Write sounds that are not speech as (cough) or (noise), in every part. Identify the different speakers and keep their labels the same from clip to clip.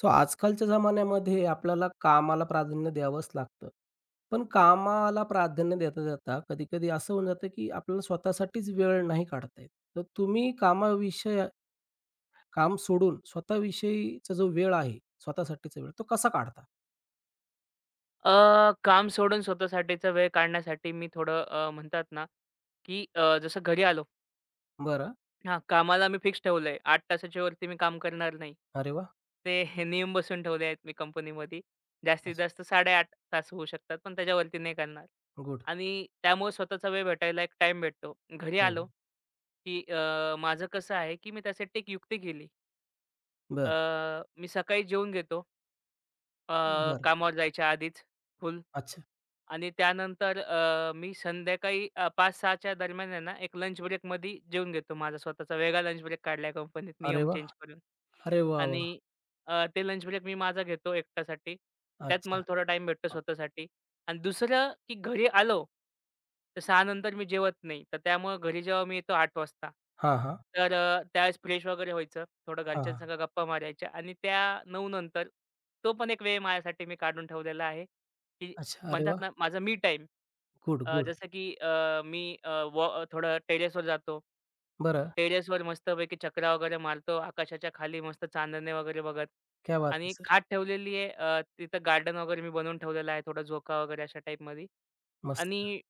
Speaker 1: So आजकालच्या जमान्यामध्ये आपल्याला कामाला प्राधान्य द्यावंच लागतं. पण कामाला प्राधान्य देता-देता कधी-कधी असं होऊन जातं, की आपल्याला स्वतःसाठीच वेळ नाही काढता येत. तर तुम्ही कामाविषयी काम सोडून स्वतःविषयीचा जो वेळ आहे, स्वतःसाठीचा वेळ, तो कसा काढता?
Speaker 2: काम सोडून स्वतःसाठीचा वेळ काढण्यासाठी मी थोडं म्हणतात ना, की जसं घरी आलो
Speaker 1: बरं.
Speaker 2: हां, कामाला मी फिक्स ठेवलंय. 8 तासाच्या वरती मी काम करणार नाही.
Speaker 1: अरे वाह!
Speaker 2: ते हे नियम बसवून ठेवले आहेत मी कंपनीमध्ये. जास्तीत
Speaker 1: अच्छा.
Speaker 2: जास्त 8.5 तास होऊ शकतात, पण त्याच्यावरती नाही करणार.
Speaker 1: गुड.
Speaker 2: आणि त्यामुळे स्वतःचा वेळ भेटायला एक टाईम भेटतो. घरी
Speaker 1: हो.
Speaker 2: आलो, की माझं कसं आहे, की मी त्यासाठी एक युक्ती केली. अ,
Speaker 1: बरं,
Speaker 2: मी सकाळी जेवून घेतो, अ,
Speaker 1: बरं.
Speaker 2: कामावर जायच्या आधीच फुल.
Speaker 1: अच्छा.
Speaker 2: आणि त्यानंतर मी संध्याकाळी 5:00-6:00च्या दरम्यान आहे ना, एक लंच ब्रेकमध्ये जेवून घेतो. माझा स्वतःचा वेगळा लंच ब्रेक काढलाय कंपनीत
Speaker 1: अरे
Speaker 2: नियम
Speaker 1: वाह!
Speaker 2: चेंज करून.
Speaker 1: अरे वाह,
Speaker 2: आणि
Speaker 1: वाह!
Speaker 2: ते लंच ब्रेक मी माझा घेतो एकट्यासाठी. त्यात मला
Speaker 1: अच्छा.
Speaker 2: थोडा टाईम भेटतो स्वतःसाठी. आणि दुसरं की घरी आलो, तर 6:00 नंतर मी जेवत नाही. तर त्यामुळे घरी जेव्हा मी येतो 8:00 वाजता,
Speaker 1: हां, हां.
Speaker 2: तर त्यावेळेस फ्रेश वगैरे व्हायचं, थोडं
Speaker 1: हां, हां.
Speaker 2: घरच्यांसंग गप्पा मारायच्या आणि त्या 9:00 नंतर तो पण एक वेळ माझ्यासाठी मी काढून ठेवलेला आहे, की
Speaker 1: अच्छा. अरे
Speaker 2: म्हणतात
Speaker 1: वाह!
Speaker 2: ना माझा मी टाइम.
Speaker 1: Good, good.
Speaker 2: जसं की मी व थोडं टेरेसवर जातो.
Speaker 1: बरं.
Speaker 2: टेरेसवर मस्तपैकी चकरा वगैरे मारतो. आकाशाच्या खाली मस्त चांदणे वगैरे बघत
Speaker 1: क्या बात है
Speaker 2: आणि
Speaker 1: सर!
Speaker 2: खाट ठेवलेली आहे. तिथं गार्डन वगैरे मी बनवून ठेवलेलं आहे. थोडा झोका वगैरे अशा टाईपमध्ये.
Speaker 1: मस्त.
Speaker 2: आणि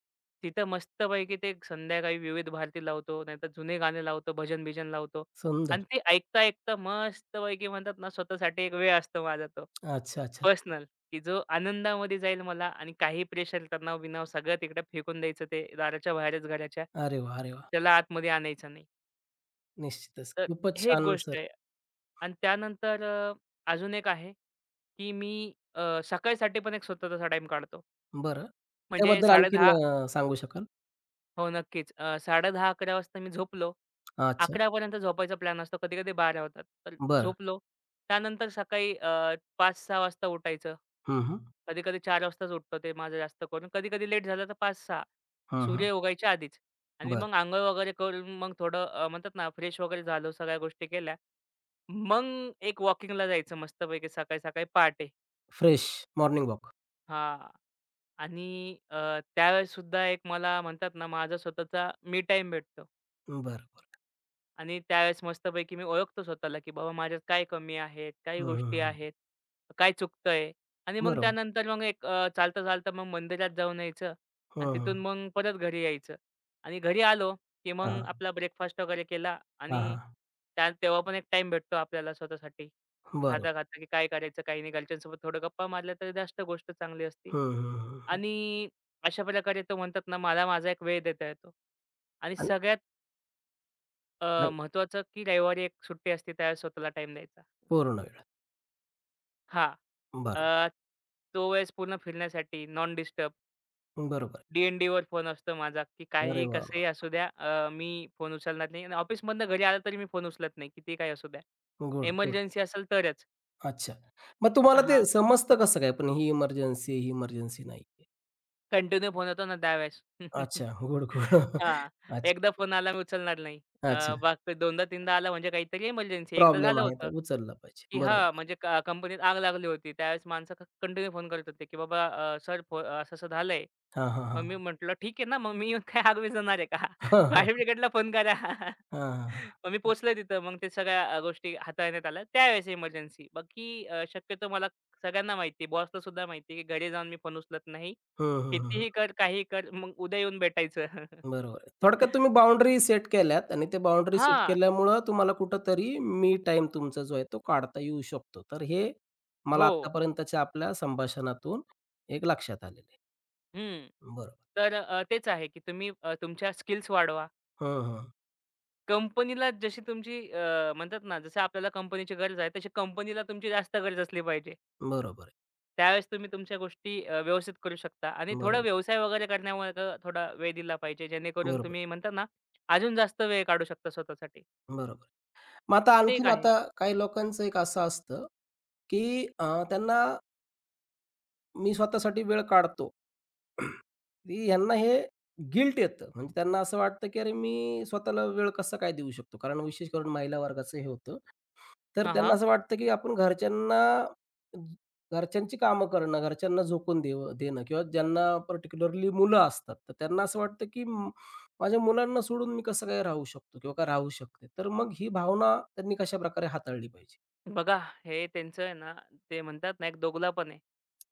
Speaker 2: तिथं मस्तपैकी ते संध्याकाळी विविध भारती लावतो. नाहीतर जुने गाणे लावतो, भजन-बिजन लावतो
Speaker 1: सुंदर.
Speaker 2: आणि ते ऐकता-ऐकता मस्तपैकी म्हणतात ना स्वतःसाठी एक वेळ असतो माझा तो
Speaker 1: अच्छा, अच्छा.
Speaker 2: पर्सनल. की जो आनंदामध्ये जाईल मला आणि काही प्रेशर, तणाव-बिणाव सगळं तिकडे फेकून द्यायचं ते दाराच्या बाहेरच घराच्या.
Speaker 1: अरे वा अरे वाह!
Speaker 2: त्याला आतमध्ये आणायचं नाही.
Speaker 1: निश्चितच.
Speaker 2: तर
Speaker 1: खूपच
Speaker 2: हे एक
Speaker 1: छान
Speaker 2: गोष्ट
Speaker 1: सर.
Speaker 2: आहे. आणि त्यानंतर अजून एक आहे, की मी सकाळीसाठी पण एक स्वतःचा टाईम काढतो.
Speaker 1: बरं.
Speaker 2: म्हणजे
Speaker 1: त्याबद्दल आणखीन
Speaker 2: 10:30
Speaker 1: सांगू शकाल?
Speaker 2: हो, नक्कीच. 10:30-11 वाजता मी झोपलो,
Speaker 1: अच्छा.
Speaker 2: 11:00पर्यंत झोपायचा प्लॅन असतो. कधी-कधी 12:00 होतात. तर
Speaker 1: बरं.
Speaker 2: झोपलो. त्यानंतर सकाळी 5:00-6:00 वाजता उठायचं.
Speaker 1: हं, हं.
Speaker 2: कधी-कधी 4:00 वाजताच उठतो ते माझं जास्त करून. कधी-कधी लेट झालं तर 5:00-6:00
Speaker 1: हं, हं.
Speaker 2: सूर्य उगायच्या आधीच. आणि
Speaker 1: बरं.
Speaker 2: मग अंघोळ वगैरे करून मग थोडं म्हणतात ना फ्रेश वगैरे झालो, सगळ्या गोष्टी केल्या. मग एक वॉकिंगला जायचं मस्तपैकी सकाळी-सकाळी पहाटे.
Speaker 1: Fresh morning walk.
Speaker 2: हां. आणि त्यावेळेससुद्धा एक मला म्हणतात ना माझा स्वतःचा मी टाईम भेटतो.
Speaker 1: बरं, बरं.
Speaker 2: आणि त्यावेळेस मस्तपैकी मी ओळखतो स्वतःला, की बाबा माझ्यात काय कमी आहेत, काही
Speaker 1: हं, हं,
Speaker 2: गोष्टी
Speaker 1: हं.
Speaker 2: आहेत, काय चुकतंय आणि मग
Speaker 1: बरोबर.
Speaker 2: त्यानंतर मग एक चालता-चालता मग मंदिरात जाऊन यायचं आणि
Speaker 1: हं, हं.
Speaker 2: तिथून मग परत घरी यायचं आणि घरी आलो, की
Speaker 1: हां,
Speaker 2: मग
Speaker 1: हां.
Speaker 2: आपला ब्रेकफास्ट वगैरे केला
Speaker 1: हां,
Speaker 2: आणि
Speaker 1: हां.
Speaker 2: त्या तेव्हा पण एक टाईम भेटतो आपल्याला स्वतःसाठी.
Speaker 1: बरोबर.
Speaker 2: खाता-खाता की काय करायचं, काही नाही. घरच्यांसोबत थोडं गप्पा मारल्या तर जास्त गोष्ट चांगली असती
Speaker 1: हं, हं, हं, हं.
Speaker 2: आणि अशा प्रकारे तो म्हणतात ना, मला माझा एक वेळ देता येतो आणि
Speaker 1: आणि
Speaker 2: सगळ्यात
Speaker 1: आणि
Speaker 2: महत्वाचं की रविवारी एक सुट्टी असते त्यावेळेस स्वतःला टाईम द्यायचा.
Speaker 1: पूर्ण वेळ.
Speaker 2: हां.
Speaker 1: बरोबर.
Speaker 2: अ, तो वेळेस पूर्ण फिरण्यासाठी नॉन डिस्टर्ब,
Speaker 1: बरोबर.
Speaker 2: डी एन वर फोन असतो माझा, की
Speaker 1: अरे
Speaker 2: काहीही
Speaker 1: वाह,
Speaker 2: कसंही
Speaker 1: वाह!
Speaker 2: असू द्या, मी फोन उचलणार नाही आणि ऑफिसमधनं घरी आलं तरी मी फोन उचलत नाही कितीही काही असू द्या.
Speaker 1: Good, good.
Speaker 2: एमर्जन्सी असेल तरच.
Speaker 1: अच्छा. मग तुम्हाला ते
Speaker 2: हां.
Speaker 1: समजतं कसं काय? पण ही इमर्जन्सी ही इमर्जन्सी नाहीये.
Speaker 2: कंटिन्यू फोन होतो ना त्यावेळेस. (laughs)
Speaker 1: अच्छा. Good, good.
Speaker 2: हां.
Speaker 1: (laughs)
Speaker 2: एकदा
Speaker 1: अच्छा,
Speaker 2: फोन आला मी उचलणार नाही.
Speaker 1: अच्छा.
Speaker 2: बाकी दोनदा-तीनदा आला म्हणजे काहीतरी इमर्जन्सी. एकदा
Speaker 1: प्रॉब्लेम
Speaker 2: झालं
Speaker 1: आहे
Speaker 2: होतं,
Speaker 1: तर उचलला पाहिजे.
Speaker 2: की हां,
Speaker 1: बरोबर.
Speaker 2: म्हणजे कंपनीत आग लागली होती. त्यावेळेस माणसं कंटिन्यू फोन करत होते, की "बाबा सर असं-असं झालंय."
Speaker 1: हां, हां,
Speaker 2: मग मी
Speaker 1: हां.
Speaker 2: म्हटलं, "ठीक आहे ना, मग मी (laughs) येऊन काय आगळी जाणार आहे का?
Speaker 1: हां, हां.
Speaker 2: (laughs) फायर ब्रिगेडला फोन करा." (laughs)
Speaker 1: हां, हां, हां.
Speaker 2: मग मी पोहोचलो तिथं. मग ते सगळ्या गोष्टी हाताळण्यात आल्या. त्यावेळेस इमर्जन्सी. बाकी शक्यतो मला सगळ्यांना माहिती आहे, बॉसला सुद्धा माहिती आहे, की घरी जाऊन मी फोन उचलत नाही.
Speaker 1: हं, हं, हं,
Speaker 2: कितीही कर, काहीही कर, मग उद्या येऊन भेटायचं.
Speaker 1: बरोबर आहे. थोडक्यात तुम्ही
Speaker 2: (laughs)
Speaker 1: बाउंडरी सेट केल्यात आणि ते बाउंडरी सेट
Speaker 2: हां.
Speaker 1: केल्यामुळं तुम्हाला कुठेतरी मी टाइम तुमचा जो आहे तो काढता येऊ शकतो. तर हे मला
Speaker 2: हो.
Speaker 1: आत्तापर्यंतच्या आपल्या संभाषणातून एक लक्षात आलेलं आहे.
Speaker 2: हं.
Speaker 1: बरोबर.
Speaker 2: तर तेच आहे, की तुम्ही तुमच्या स्किल्स वाढवा.
Speaker 1: हं, हं.
Speaker 2: कंपनीला जशी तुमची म्हणतात ना, जसं आपल्याला कंपनीची गरज आहे, तशी कंपनीला तुमची जास्त गरज असली पाहिजे.
Speaker 1: बरोबर आहे.
Speaker 2: त्यावेळेस तुम्ही तुमच्या गोष्टी व्यवस्थित करू शकता आणि थोडा
Speaker 1: बरोबर.
Speaker 2: व्यवसाय वगैरे करण्यामध्ये थोडा वेळ दिला पाहिजे, जेणेकरून
Speaker 1: बरोबर.
Speaker 2: तुम्ही म्हणता ना, अजून जास्त वेळ काढू शकता स्वतःसाठी.
Speaker 1: बरोबर. मग आता
Speaker 2: तर ते एक
Speaker 1: आणखीन
Speaker 2: आहे.
Speaker 1: आता काही लोकांचं एक असं असतं, की त्यांना मी स्वतःसाठी वेळ काढतो. (clears throat) की ह्यांना हे गिल्ट येतं. म्हणजे त्यांना असं वाटतं, की अरे मी स्वतःला वेळ कसा काय देऊ शकतो? कारण विशेष करून महिला वर्गाचं हे होतं. तर
Speaker 2: हां,
Speaker 1: त्यांना
Speaker 2: हां.
Speaker 1: असं वाटतं, की आपण घरच्यांना घरच्यांची कामं करणं, घरच्यांना झोकून देव देणं किंवा ज्यांना पर्टिक्युलरली मुलं असतात, तर त्यांना असं वाटतं, की माझ्या मुलांना सोडून मी कसं काय राहू शकतो किंवा काय राहू शकते? तर मग ही भावना त्यांनी कशाप्रकारे हाताळली पाहिजे?
Speaker 2: बघा, हे त्यांचं आहे ना, ते म्हणतात ना, एक दोघलापण आहे.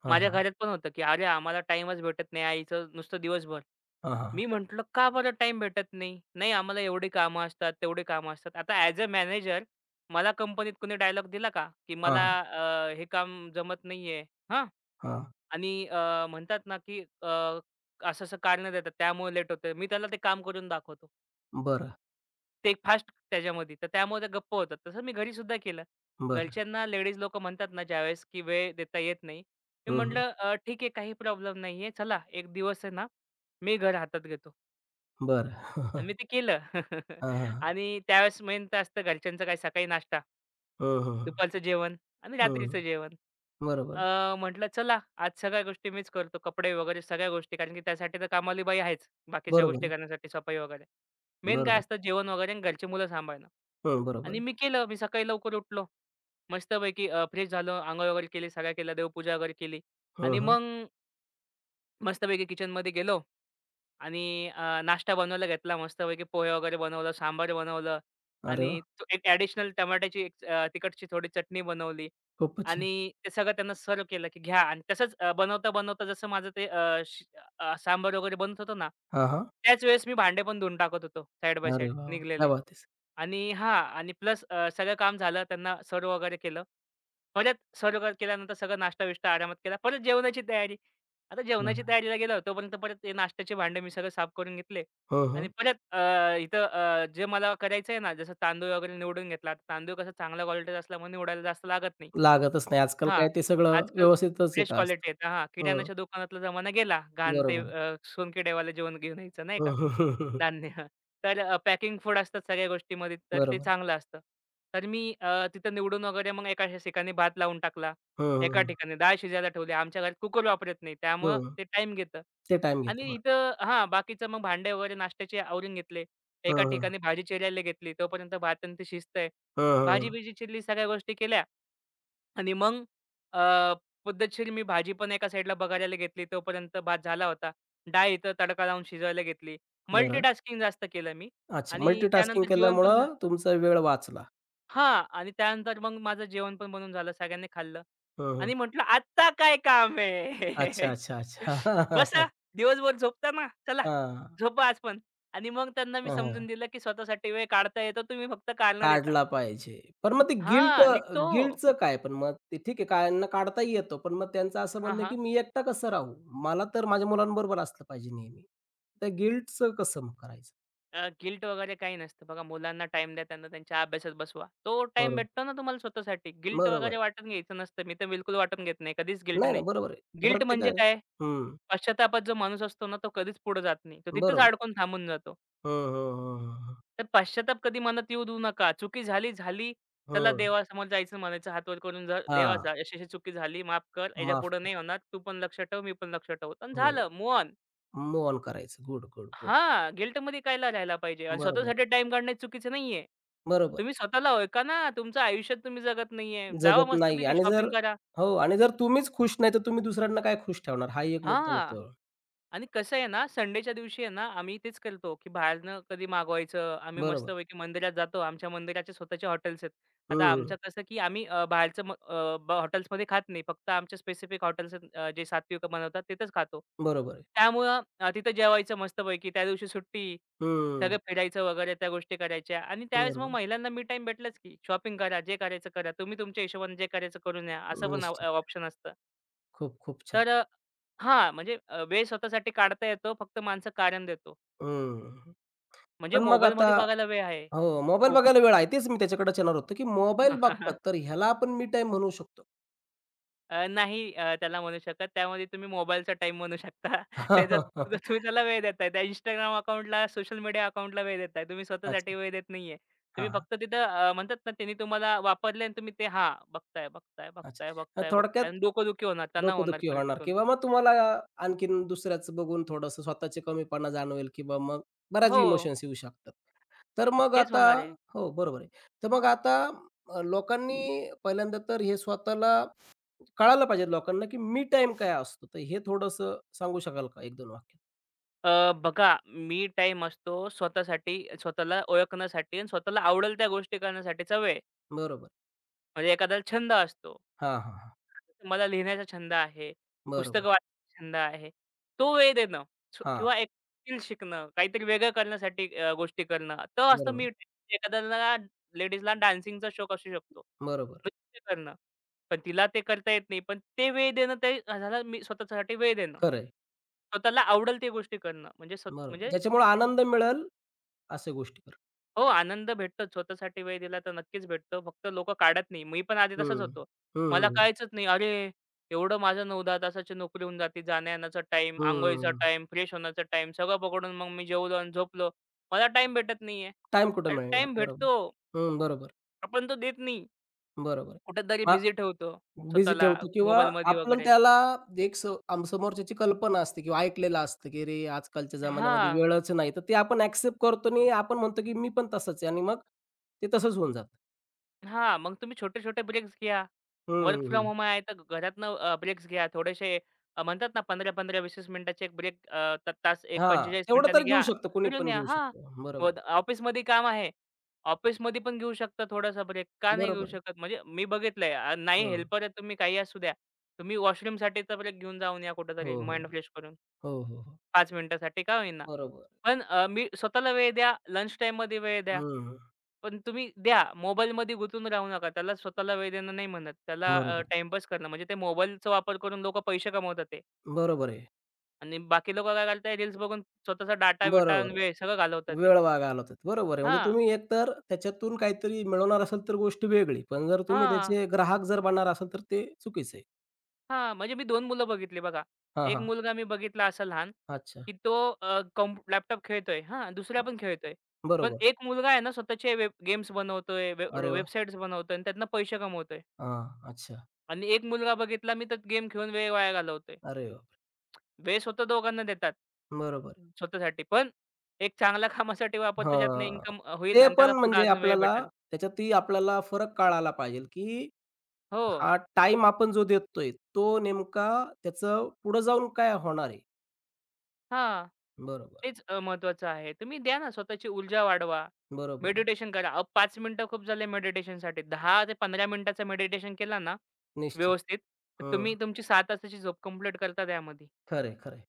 Speaker 1: हां,
Speaker 2: माझ्या
Speaker 1: हां.
Speaker 2: घरात पण होतं, की "अरे, आम्हाला टाईमच भेटत नाही आईचं नुसतं दिवसभर."
Speaker 1: हां, हां.
Speaker 2: मी म्हटलं, "का बरं टाईम भेटत नाही?" "नाही, आम्हाला एवढी कामं असतात, तेवढी कामं असतात." आता ॲज अ मॅनेजर, मला कंपनीत कोणी डायलॉग दिला का, की
Speaker 1: हां,
Speaker 2: "मला
Speaker 1: हां.
Speaker 2: हे काम जमत नाहीये." हां?
Speaker 1: हां.
Speaker 2: आणि म्हणतात ना, की असं-असं कारणं देतात, त्यामुळे लेट होतंय. मी त्याला ते काम करून दाखवतो.
Speaker 1: बरं,
Speaker 2: ते एक फास्ट त्याच्यामध्ये, तर त्यामुळे त्या गप्प होतात. तसं मी घरीसुद्धा केलं.
Speaker 1: बरं.
Speaker 2: घरच्यांना लेडीज लोकं म्हणतात ना, ज्यावेळेस की वेळ देता येत नाही. मी
Speaker 1: हं, हं.
Speaker 2: म्हटलं, ठीक आहे, काही प्रॉब्लेम नाही आहे. चला, एक दिवस आहे ना, मी घर हातात घेतो."
Speaker 1: बरं.
Speaker 2: आणि
Speaker 1: (laughs)
Speaker 2: मी ते केलं.
Speaker 1: हां,
Speaker 2: (laughs)
Speaker 1: हां.
Speaker 2: आणि त्यावेळेस मेन तर असतं घरच्यांचं काय सकाळी नाश्ता.
Speaker 1: हं, हं.
Speaker 2: दुपारचं जेवण आणि
Speaker 1: हं,
Speaker 2: रात्रीचं जेवण.
Speaker 1: बरोबर आहे.
Speaker 2: म्हटलं चला आज सगळ्या गोष्टी मीच करतो. कपडे वगैरे सगळ्या गोष्टी कारण की त्यासाठी तर कामावाली बाई आहेच. बाकीच्या
Speaker 1: बरोबर
Speaker 2: गोष्टी
Speaker 1: आहे.
Speaker 2: करण्यासाठी सफाई वगैरे. मेन काय
Speaker 1: बरोबर.
Speaker 2: असतं जेवण वगैरे आणि घरची मुलं सांभाळणं.
Speaker 1: हं, बरोबर
Speaker 2: आणि
Speaker 1: आहे.
Speaker 2: मी केलं. मी सकाळी लवकर उठलो. मस्तपैकी फ्रेश झालो. अंघोळ वगैरे केली, सगळ्या केल्या, देवपूजा वगैरे केली
Speaker 1: हं,
Speaker 2: आणि
Speaker 1: हं.
Speaker 2: मग मस्तपैकी किचनमध्ये गेलो. आणि नाश्ता बनवायला घेतला मस्तपैकी, पोहे वगैरे बनवलं, सांबार बनवलं
Speaker 1: अरे
Speaker 2: आणि
Speaker 1: वाह!
Speaker 2: तो एक ॲडिशनल टमाट्याची एक तिखटची थोडी चटणी बनवली
Speaker 1: खूपच छान.
Speaker 2: आणि ते सगळं त्यांना सर्व्ह केलं, की घ्या आणि तसंच बनवता-बनवता जसं माझं ते सांबार वगैरे बनत होतं ना,
Speaker 1: हां, हां.
Speaker 2: त्याच वेळेस मी भांडे पण धुवून टाकत होतो साइड बाय
Speaker 1: अरे
Speaker 2: साइड
Speaker 1: वाह! वाह! क्या
Speaker 2: निघलेले.
Speaker 1: बात है!
Speaker 2: आणि हां आणि प्लस सगळं काम झालं. त्यांना सर्व्ह वगैरे केलं. परत सर्व्ह वगैरे केल्यानंतर सगळं नाश्ता-बिष्टा आरामात केला. परत जेवणाची तयारी. आता जेवणाची
Speaker 1: बरं.
Speaker 2: तयारीला गेलो तोपर्यंत परत ते नाश्त्याचे भांडे मी सगळं साफ करून घेतले
Speaker 1: हं,
Speaker 2: आणि
Speaker 1: हं.
Speaker 2: परत इथं जे मला करायचं आहे ना, जसं तांदूळ वगैरे निवडून घेतला. आता तांदूळ कसं चांगल्या क्वालिटीचा असला मग निवडायला जास्त लागत नाही.
Speaker 1: लागतच नाही. आजकाल
Speaker 2: हां.
Speaker 1: काय ते सगळं
Speaker 2: आजकाल
Speaker 1: व्यवस्थितच
Speaker 2: फ्रेश
Speaker 1: येत असतं.
Speaker 2: क्वालिटी येतं. हां,
Speaker 1: हं.
Speaker 2: किराणाच्या दुकानातला जमाना गेला. घाण ते
Speaker 1: बरोबर आहे.
Speaker 2: सोनकिडेवालं जेवण घेऊन यायचं नाही का? धान्य. (laughs) तर पॅकिंग फूड असतात सगळ्या गोष्टीमध्ये, तर ते
Speaker 1: बरोबर आहे.
Speaker 2: चांगलं असतं. तर मी तिथं निवडून वगैरे मग एका अशा ठिकाणी भात लावून टाकला. एका
Speaker 1: हं,
Speaker 2: ठिकाणी डाळ शिजायला ठेवली. आमच्या घरात कुकर वापरत नाही. त्यामुळं
Speaker 1: हं, हं.
Speaker 2: ते टाईम घेतं.
Speaker 1: ते टाईम घेतं.
Speaker 2: आणि
Speaker 1: बरोबर.
Speaker 2: इथं हां, बाकीचं मग भांडे वगैरे नाश्त्याचे आवरून घेतले. एका
Speaker 1: हं, हं.
Speaker 2: ठिकाणी भाजी चिरायला घेतली. तोपर्यंत भात आणि ते शिजतंय.
Speaker 1: हं, हं,
Speaker 2: भाजी-बिजी चिरली, सगळ्या गोष्टी केल्या. आणि मग अ, पद्धतशीर मी भाजी पण एका साइडला बघायला घेतली. तोपर्यंत भात झाला होता. डाळ इथं तडका लावून शिजवायला घेतली.
Speaker 1: बरं.
Speaker 2: मल्टीटास्किंग जास्त केलं मी
Speaker 1: अच्छा.
Speaker 2: आणि
Speaker 1: मल्टीटास्किंग
Speaker 2: त्यानंतर जेवण पण झा
Speaker 1: केल्यामुळं तुमचा वेळ वाचला.
Speaker 2: हां. आणि त्यानंतर मग माझं जेवण पण बनून झालं. सगळ्यांनी खाल्लं
Speaker 1: हं, हं.
Speaker 2: आणि म्हटलं, "आत्ता काय काम
Speaker 1: अच्छा,
Speaker 2: आहे?
Speaker 1: अच्छा,
Speaker 2: (laughs) बसा,
Speaker 1: अच्छा. (laughs)
Speaker 2: दिवसभर झोपता ना, चला
Speaker 1: हां, हां.
Speaker 2: झोपा आज पण." आणि मग त्यांना मी
Speaker 1: हां.
Speaker 2: समजून
Speaker 1: हां.
Speaker 2: दिलं, की स्वतःसाठी वेळ काढता येतो. तुम्ही फक्त काढ देता.
Speaker 1: काढला पाहिजे. पण मग ते गिल्ट
Speaker 2: हां, निघतो.
Speaker 1: गिल्टचं काय? पण मग ते ठीक आहे काहींना काढता येतो. पण मग त्यांचं असं
Speaker 2: हां,
Speaker 1: म्हणणं आहे, की
Speaker 2: हां.
Speaker 1: "मी एकटा कसं राहू? मला तर माझ्या मुलांबरोबर असलं पाहिजे नेहमी." त्या गिल्टचं कसं मग करायचं?
Speaker 2: गिल्ट वगैरे काही नसतं. बघा, मुलांना टाईम द्या, त्यांना त्यांच्या अभ्यासात बसवा. तो टाइम
Speaker 1: बरोबर,
Speaker 2: भेटतो ना तुम्हाला स्वतःसाठी. गिल्ट
Speaker 1: बरोबर
Speaker 2: वगैरे
Speaker 1: आहे.
Speaker 2: वाटून घ्यायचं नसतं. मी तर बिलकुल वाटून घेत नाही. कधीच गिल्ट
Speaker 1: नाही,
Speaker 2: नाही.
Speaker 1: नाही बरोबर आहे. तर
Speaker 2: गिल्ट म्हणजे
Speaker 1: प्रत्येकाने
Speaker 2: काय?
Speaker 1: हं,
Speaker 2: पश्चात्तापात जो माणूस असतो ना, तो कधीच पुढे जात नाही. तो तिथेच
Speaker 1: बरोबर.
Speaker 2: अडकून थांबून जातो.
Speaker 1: हं, हं, हं, हं.
Speaker 2: तर पश्चात्ताप कधी मनात येऊ देऊ नका. चुकी झाली, झाली. चला
Speaker 1: हं.
Speaker 2: देवासमोर जायचं म्हणायचं हात करून जा
Speaker 1: हां,
Speaker 2: देवाचा, "अशी-अशी चुकी झाली, माफ कर.
Speaker 1: माफ
Speaker 2: याच्यापुढे
Speaker 1: कर.
Speaker 2: नाही होणार. तू पण लक्ष ठेव, मी पण लक्ष ठेवू." आणि
Speaker 1: हो,
Speaker 2: झालं मूव्ह.
Speaker 1: मूव्ह ऑन करायचं. Good, good, good.
Speaker 2: हां, गिल्टमध्ये कायला राहायला पाहिजे आणि
Speaker 1: बरोबर
Speaker 2: स्वतःसाठी
Speaker 1: आहे.
Speaker 2: टाईम काढणे चुकीचं नाहीये.
Speaker 1: बरोबर
Speaker 2: तुम्ही स्वतःला ओळखा ना, तुमचं आयुष्यात तुम्ही जगत नाहीये.
Speaker 1: आहे.
Speaker 2: जावा
Speaker 1: जगत नाही
Speaker 2: मस्तपैकी
Speaker 1: आणि जर
Speaker 2: शॉपिंग करा.
Speaker 1: हो आणि जर तुम्हीच खुश नाही, तर तुम्ही दुसऱ्यांना काय खुश ठेवणार? हाही एक मुद्दा
Speaker 2: हां,
Speaker 1: येतो.
Speaker 2: आणि कसं आहे ना, संडेच्या दिवशी आहे ना, आम्ही तेच करतो, की बाहेरनं कधी मागवायचं. आम्ही
Speaker 1: बरोबर.
Speaker 2: मस्तपैकी मंदिरात जातो. आमच्या मंदिराचे स्वतःचे हॉटेल्स आहेत. आता आमचं
Speaker 1: हं.
Speaker 2: कसं, की आम्ही बाहेरचं ब हॉटेल्समध्ये खात नाही. फक्त आमचे स्पेसिफिक हॉटेल्स आहेत, जे सात्विक बनवतात तिथेच खातो.
Speaker 1: बरोबर आहे.
Speaker 2: त्यामुळं तिथं जेवायचं मस्तपैकी. त्या दिवशी सुट्टी, सगळं
Speaker 1: हं.
Speaker 2: फिरायचं वगैरे त्या गोष्टी करायच्या आणि त्यावेळेस मग
Speaker 1: बरोबर.
Speaker 2: महिलांना मी टाईम भेटलाच की शॉपिंग करा, जे करायचं करा. तुम्ही तुमच्या हिशोबाने जे करायचं करून या, असं पण
Speaker 1: निश्चित.
Speaker 2: ऑप्शन असतं.
Speaker 1: खूप, खूप छान.
Speaker 2: तर हां, म्हणजे वेळ स्वतःसाठी काढता येतो. फक्त माणसं कारण देतो.
Speaker 1: हं.
Speaker 2: म्हणजे
Speaker 1: पण मग आता
Speaker 2: मोबाईलमध्ये बघायला वेळ आहे
Speaker 1: हो, मोबाईल
Speaker 2: खूप.
Speaker 1: बघायला वेळ आहे. तेच मी त्याच्याकडे येणार होतो, की मोबाईल बघतात,
Speaker 2: (laughs)
Speaker 1: तर ह्याला आपण मी टाईम म्हणू शकतो.
Speaker 2: त्याला म्हणू शकत. त्यामध्ये तुम्ही मोबाईलचा टाईम म्हणू शकता. (laughs) त्याच्यात सुद्धा तुम्ही
Speaker 1: (laughs)
Speaker 2: त्याला वेळ देताय. त्या Instagram अकाउंटला, सोशल मीडिया अकाउंटला वेळ देताय. तुम्ही स्वतःसाठी
Speaker 1: अच्छा.
Speaker 2: वेळ देत नाहीये.
Speaker 1: हां,
Speaker 2: तुम्ही
Speaker 1: हां.
Speaker 2: फक्त तिथं म्हणतात ना, त्यांनी तुम्हाला वापरले आणि तुम्ही ते हां, बघताय, बघताय, बघताय,
Speaker 1: अच्छा.
Speaker 2: बघताय,
Speaker 1: थोडक्यात
Speaker 2: बघताय आणि डोकंदुखी होणार, तणाव होणार
Speaker 1: डोकंदुखी
Speaker 2: परत
Speaker 1: होणार
Speaker 2: तिथून.
Speaker 1: किंवा मग तुम्हाला आणखीन दुसऱ्याचं बघून थोडंसं स्वतःचे कमीपणा जाणवेल किंवा मग बऱ्याच
Speaker 2: हो,
Speaker 1: इमोशन्स येऊ शकतात. तर मग
Speaker 2: तेच
Speaker 1: आता
Speaker 2: होणार आहे.
Speaker 1: हो, बरोबर आहे. तर मग आता लोकांनी पहिल्यांदा तर हे स्वतःला कळालं पाहिजे लोकांना, की मी टाइम काय असतो? तर हे थोडंसं सांगू शकाल का 1-2 वाक्यात?
Speaker 2: बघा, मी टाइम असतो स्वतःसाठी, स्वतःला ओळखण्यासाठी आणि स्वतःला आवडेल त्या गोष्टी करण्यासाठीचा वेळ.
Speaker 1: बरोबर.
Speaker 2: म्हणजे एखाद्याला छंद असतो.
Speaker 1: हां, हां, हां.
Speaker 2: मला लिहिण्याचा छंद आहे, पुस्तकं
Speaker 1: बरोबर.
Speaker 2: वाचण्याचा छंद आहे. तो वेळ देणं
Speaker 1: हां,
Speaker 2: किंवा एक स्किल शिकणं, काहीतरी वेगळं करण्यासाठी गोष्टी करणं. तर असतं मी
Speaker 1: बरोबर,
Speaker 2: एखाद्याला लेडीजला डान्सिंगचा शौक असू शकतो.
Speaker 1: बरोबर.
Speaker 2: नृत्य करणं. पण तिला ते करता येत नाही. पण ते वेळ देणं ते झालं मी स्वतःसाठी वेळ देणं.
Speaker 1: खरं आहे.
Speaker 2: स्वतःला आवडेल ती गोष्टी करणं. म्हणजे स्व
Speaker 1: बरोबर.
Speaker 2: म्हणजे
Speaker 1: ज्याच्यामुळे आनंद मिळेल अशा गोष्टी करा.
Speaker 2: हो, आनंद भेटतो. स्वतःसाठी वेळ दिला तर नक्कीच भेटतो. फक्त लोकं काढत नाही. मी पण आधी तसंच
Speaker 1: हं.
Speaker 2: होतो.
Speaker 1: हं,
Speaker 2: मला
Speaker 1: हं, हं.
Speaker 2: कळायचंच नाही. अरे, एवढं माझं 9-10 तासाची नोकरी होऊन जाते. जाण्या-येण्याचा टाईम, अंघोळीचा टाइम, फ्रेश होण्याचा टाइम सगळं पकडून मग मी जेवलो आणि झोपलो. मला टाईम भेटत नाहीये.
Speaker 1: कुठं
Speaker 2: अरे,
Speaker 1: मिळणार?
Speaker 2: टाईम
Speaker 1: बरोबर.
Speaker 2: भेटतो.
Speaker 1: हं, बरोबर,
Speaker 2: आपण तो देत नाही.
Speaker 1: बरोबर.
Speaker 2: कुठेतरी बिझी ठेवतो
Speaker 1: बिझी
Speaker 2: स्वतःला
Speaker 1: ठेवतो किंवा
Speaker 2: मोबाईलमध्ये
Speaker 1: आपण
Speaker 2: वगैरे.
Speaker 1: त्याला एक स आम समोरच्याची कल्पना असते किंवा ऐकलेलं असतं, की अरे, आजकालच्या जमान्यामध्ये
Speaker 2: हां.
Speaker 1: वेळच नाही. तर ते आपण ॲक्सेप्ट करतो आणि आपण म्हणतो, की मी पण तसाच आहे आणि मग ते तसंच होऊन जातं.
Speaker 2: हां, मग तुम्ही छोटे-छोटे ब्रेक्स घ्या. वर्क
Speaker 1: हं,
Speaker 2: फ्रॉम
Speaker 1: हं.
Speaker 2: होम आहे, तर घरातनं ब्रेक्स घ्या. थोडेसे म्हणतात ना 15-15, 20-20 मिनिटाचे एक ब्रेक अ, त तास एक
Speaker 1: हां,
Speaker 2: 45
Speaker 1: तेवढं
Speaker 2: मिनिटांनी
Speaker 1: तर घेऊ
Speaker 2: घ्या.
Speaker 1: शकतं. कुणी
Speaker 2: फिरून
Speaker 1: पण
Speaker 2: या.
Speaker 1: घेऊ
Speaker 2: हां.
Speaker 1: शकतं.
Speaker 2: व
Speaker 1: बरोबर आहे.
Speaker 2: ऑफिसमध्ये काम आहे. ऑफिसमध्ये पण घेऊ शकता थोडासा ब्रेक. का नाही घेऊ
Speaker 1: बरोबर आहे.
Speaker 2: शकत? म्हणजे मी बघितलंय नाही
Speaker 1: हं.
Speaker 2: हेल्पर आहे तुम्ही, काही असू द्या. तुम्ही वॉशरूमसाठीचा ब्रेक घेऊन जाऊन या कुठेतरी
Speaker 1: हो, हो.
Speaker 2: माइंड फ्रेश करून.
Speaker 1: हो, हो, हो.
Speaker 2: 5 मिनिटासाठी का होईना.
Speaker 1: बरोबर आहे.
Speaker 2: पण मी स्वतःला वेळ द्या, लंच टाईममध्ये वेळ द्या. पण तुम्ही द्या. मोबाईलमध्ये गुंतून राहू नका. त्याला स्वतःला वेळ देणं नाही म्हणत. त्याला
Speaker 1: बरोबर आहे.
Speaker 2: करणं म्हणजे ते मोबाईलचा वापर करून लोकं पैसे कमवतात ते
Speaker 1: बरोबर आहे.
Speaker 2: आणि बाकी लोकं काय करताय रील्स बघून स्वतःचा
Speaker 1: बरोबर
Speaker 2: डाटा-बिटा आणि
Speaker 1: आहे.
Speaker 2: वेळ सगळं घालवतात ते.
Speaker 1: वेळ वाया घालवतात. बरोबर आहे. म्हणजे
Speaker 2: हां,
Speaker 1: तुम्ही एकतर त्याच्यातून काहीतरी मिळवणार असाल तर गोष्ट वेगळी. पण जर तुम्ही
Speaker 2: हां.
Speaker 1: त्याचे ग्राहक जर बनणार असाल तर ते चुकीचं आहे.
Speaker 2: हां, म्हणजे मी 2 मुलं बघितली बघा.
Speaker 1: हां,
Speaker 2: एक
Speaker 1: हां.
Speaker 2: मुलगा मी बघितला असा लहान,
Speaker 1: अच्छा.
Speaker 2: की तो कॉम्प लॅपटॉप खेळतोय, हां, दुसरा
Speaker 1: हां.
Speaker 2: पण खेळतोय. पण
Speaker 1: बरोबर.
Speaker 2: एक मुलगा आहे ना स्वतःचे वेब गेम्स बनवतोय,
Speaker 1: अरे वाह!
Speaker 2: वेबसाईट्स बनवतोय आणि त्यातनं पैसे कमवतोय.
Speaker 1: हां. अच्छा.
Speaker 2: आणि एक मुलगा बघितला मी तर गेम खेळून वेळ वाया घालवतोय.
Speaker 1: अरे बापरे!
Speaker 2: वेळ स्वतः दोघांना देतात.
Speaker 1: बरोबर आहे.
Speaker 2: स्वतःसाठी. पण एक चांगल्या (laughs) कामासाठी वापरतो ज्यातनं इन्कम होईल
Speaker 1: ते
Speaker 2: आणि
Speaker 1: पण
Speaker 2: त्याला पुढे
Speaker 1: म्हणजे
Speaker 2: अजून वेळ
Speaker 1: आपल्याला
Speaker 2: भेटेल.
Speaker 1: त्याच्यातही आपल्याला फरक कळाला पाहिजे, की
Speaker 2: हो,
Speaker 1: हा टाईम आपण जो देतोय, तो नेमका त्याचं पुढे जाऊन काय होणार आहे.
Speaker 2: हां.
Speaker 1: बरोबर,
Speaker 2: तेच महत्वाचं आहे. तुम्ही द्या ना, स्वतःची ऊर्जा वाढवा.
Speaker 1: बरोबर
Speaker 2: मेडिटेशन करा. अहो 5 मिनिटं खूप झाले मेडिटेशनसाठी. 10 ते 15 मिनिटाचं मेडिटेशन केला ना
Speaker 1: निश्चित.
Speaker 2: व्यवस्थित, तर
Speaker 1: हं.
Speaker 2: तुम्ही तुमची 6 तासाची झोप कंप्लीट करता त्यामध्ये.
Speaker 1: खरे आहे, खरं आहे.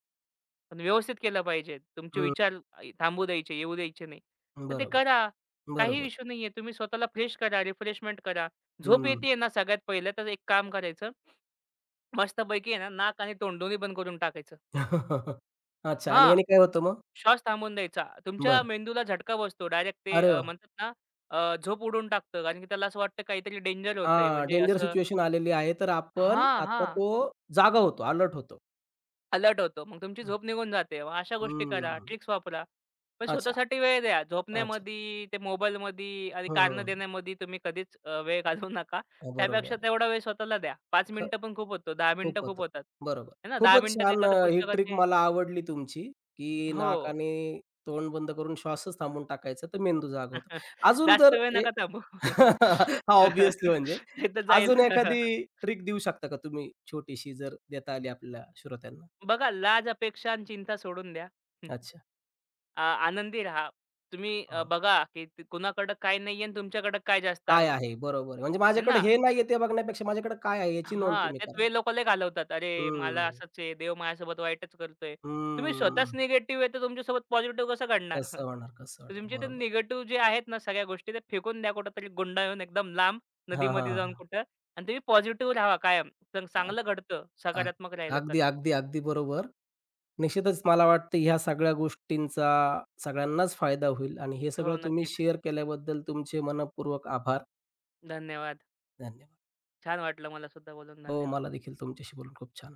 Speaker 2: पण व्यवस्थित केलं पाहिजे. तुमचे
Speaker 1: हं.
Speaker 2: विचार थांबू द्यायचे, येऊ द्यायचे नाही. तर ते
Speaker 1: बरोबर,
Speaker 2: करा. काही
Speaker 1: बरोबर.
Speaker 2: इश्यू नाहीये. तुम्ही स्वतःला फ्रेश करा, रिफ्रेशमेंट करा. झोप
Speaker 1: हं.
Speaker 2: येतेय ना सगळ्यात पहिलं तर एक काम करायचं. मस्तपैकी आहे ना नाक आणि तोंड दोन्ही बंद करून टाकायचं.
Speaker 1: (laughs) अच्छा आणि
Speaker 2: हां.
Speaker 1: याने काय होतं मग?
Speaker 2: श्वास थांबवून द्यायचा. तुमच्या
Speaker 1: बर,
Speaker 2: मेंदूला झटका बसतो. डायरेक्ट ते
Speaker 1: अरे वाह!
Speaker 2: म्हणतात ना झोप उडवून टाकतं. कारण की त्याला असं वाटतं काहीतरी डेंजर होतंय
Speaker 1: हां,
Speaker 2: म्हणजे
Speaker 1: डेंजर
Speaker 2: असं
Speaker 1: सिच्युएशन आलेली आहे, तर आपण
Speaker 2: हां,
Speaker 1: आता
Speaker 2: हां.
Speaker 1: तो जागा होतो, अलर्ट होतो.
Speaker 2: अलर्ट होतो. मग तुमची झोप निघून जाते. मग अशा गोष्टी करा,
Speaker 1: हं.
Speaker 2: ट्रिक्स वापरा. पण
Speaker 1: अच्छा,
Speaker 2: स्वतःसाठी वेळ द्या.
Speaker 1: अच्छा.
Speaker 2: झोपण्यामध्ये, ते मोबाईलमध्ये आणि
Speaker 1: हं,
Speaker 2: कारणं
Speaker 1: हं.
Speaker 2: देण्यामध्ये तुम्ही कधीच वेळ घालवू नका. त्यापेक्षा
Speaker 1: बरोबर
Speaker 2: तेवढा वेळ स्वतःला द्या. 5 मिनिटं पण खूप होतो. 10 मिनिटं
Speaker 1: खूप
Speaker 2: खूप
Speaker 1: होतात.
Speaker 2: होतात.
Speaker 1: बरोबर.
Speaker 2: आहे ना. 10
Speaker 1: खूपच
Speaker 2: मिनिटात
Speaker 1: छान
Speaker 2: एखाद्या
Speaker 1: ही ट्रिक
Speaker 2: पुस्तकाचे
Speaker 1: मला आवडली तुमची, की
Speaker 2: हो.
Speaker 1: नाकाने तोंड बंद करून श्वासच थांबवून टाकायचा, तर मेंदू जागा होतो.
Speaker 2: (laughs)
Speaker 1: अजून
Speaker 2: जास्त
Speaker 1: जर
Speaker 2: वेळ
Speaker 1: ए
Speaker 2: नका थांबू. हो.
Speaker 1: (laughs) ऑब्व्हियसली म्हणजे.
Speaker 2: (laughs) एकदा जाईल.
Speaker 1: अजून एखादी
Speaker 2: (laughs)
Speaker 1: ट्रिक देऊ शकता का तुम्ही छोटीशी जर देता आली आपल्या श्रोत्यांना?
Speaker 2: बघा, लाज, अपेक्षा आणि चिंता सोडून द्या. (laughs)
Speaker 1: अच्छा.
Speaker 2: आनंदी राहा. तुम्ही
Speaker 1: हां.
Speaker 2: बघा की कुणाकडं काय नाहीये आणि तुमच्याकडं काय जास्त
Speaker 1: काय
Speaker 2: आहे.
Speaker 1: आहे? बरोबर. म्हणजे
Speaker 2: है
Speaker 1: माझ्याकडे
Speaker 2: ना?
Speaker 1: हे नाहीये ते बघण्यापेक्षा माझ्याकडे काय आहे याची नोंद
Speaker 2: हां,
Speaker 1: तुम्ही
Speaker 2: त्यात
Speaker 1: करा.
Speaker 2: वेळ लोकं लय घालवतात. "अरे, मला
Speaker 1: हं.
Speaker 2: असंच आहे, देव माझ्यासोबत वाईटच करतोय." तुम्ही स्वतःच
Speaker 1: हं.
Speaker 2: निगेटिव्ह आहे, तर तुमच्यासोबत पॉझिटिव्ह कसं घडणार?
Speaker 1: कसं
Speaker 2: (laughs)
Speaker 1: होणार, कसं
Speaker 2: तर
Speaker 1: होणार.
Speaker 2: तुमचे ते
Speaker 1: बरोबर.
Speaker 2: निगेटिव्ह जे आहेत ना सगळ्या गोष्टी, ते फेकून द्या कुठेतरी गुंडाळून एकदम लांब,
Speaker 1: हां, हां,
Speaker 2: नदीमध्ये जाऊन
Speaker 1: हां.
Speaker 2: कुठं आणि तुम्ही पॉझिटिव्ह राहावा कायम. तर
Speaker 1: अग
Speaker 2: चांगलं घडतं,
Speaker 1: अग
Speaker 2: सकारात्मक राहिलं तर.
Speaker 1: अगदी, अगदी, अगदी बरोबर. निश्चितच मला वाटतं ह्या सगळ्या गोष्टींचा सगळ्यांनाच फायदा होईल आणि हे
Speaker 2: हो,
Speaker 1: सगळं तुम्ही
Speaker 2: नक्कीच.
Speaker 1: शेअर केल्याबद्दल तुमचे मनःपूर्वक आभार.
Speaker 2: धन्यवाद.
Speaker 1: धन्यवाद.
Speaker 2: छान वाटलं मला सुद्धा बोलून.
Speaker 1: हो,
Speaker 2: धन्यवाद.
Speaker 1: मला देखील तुमच्याशी बोलून खूप छान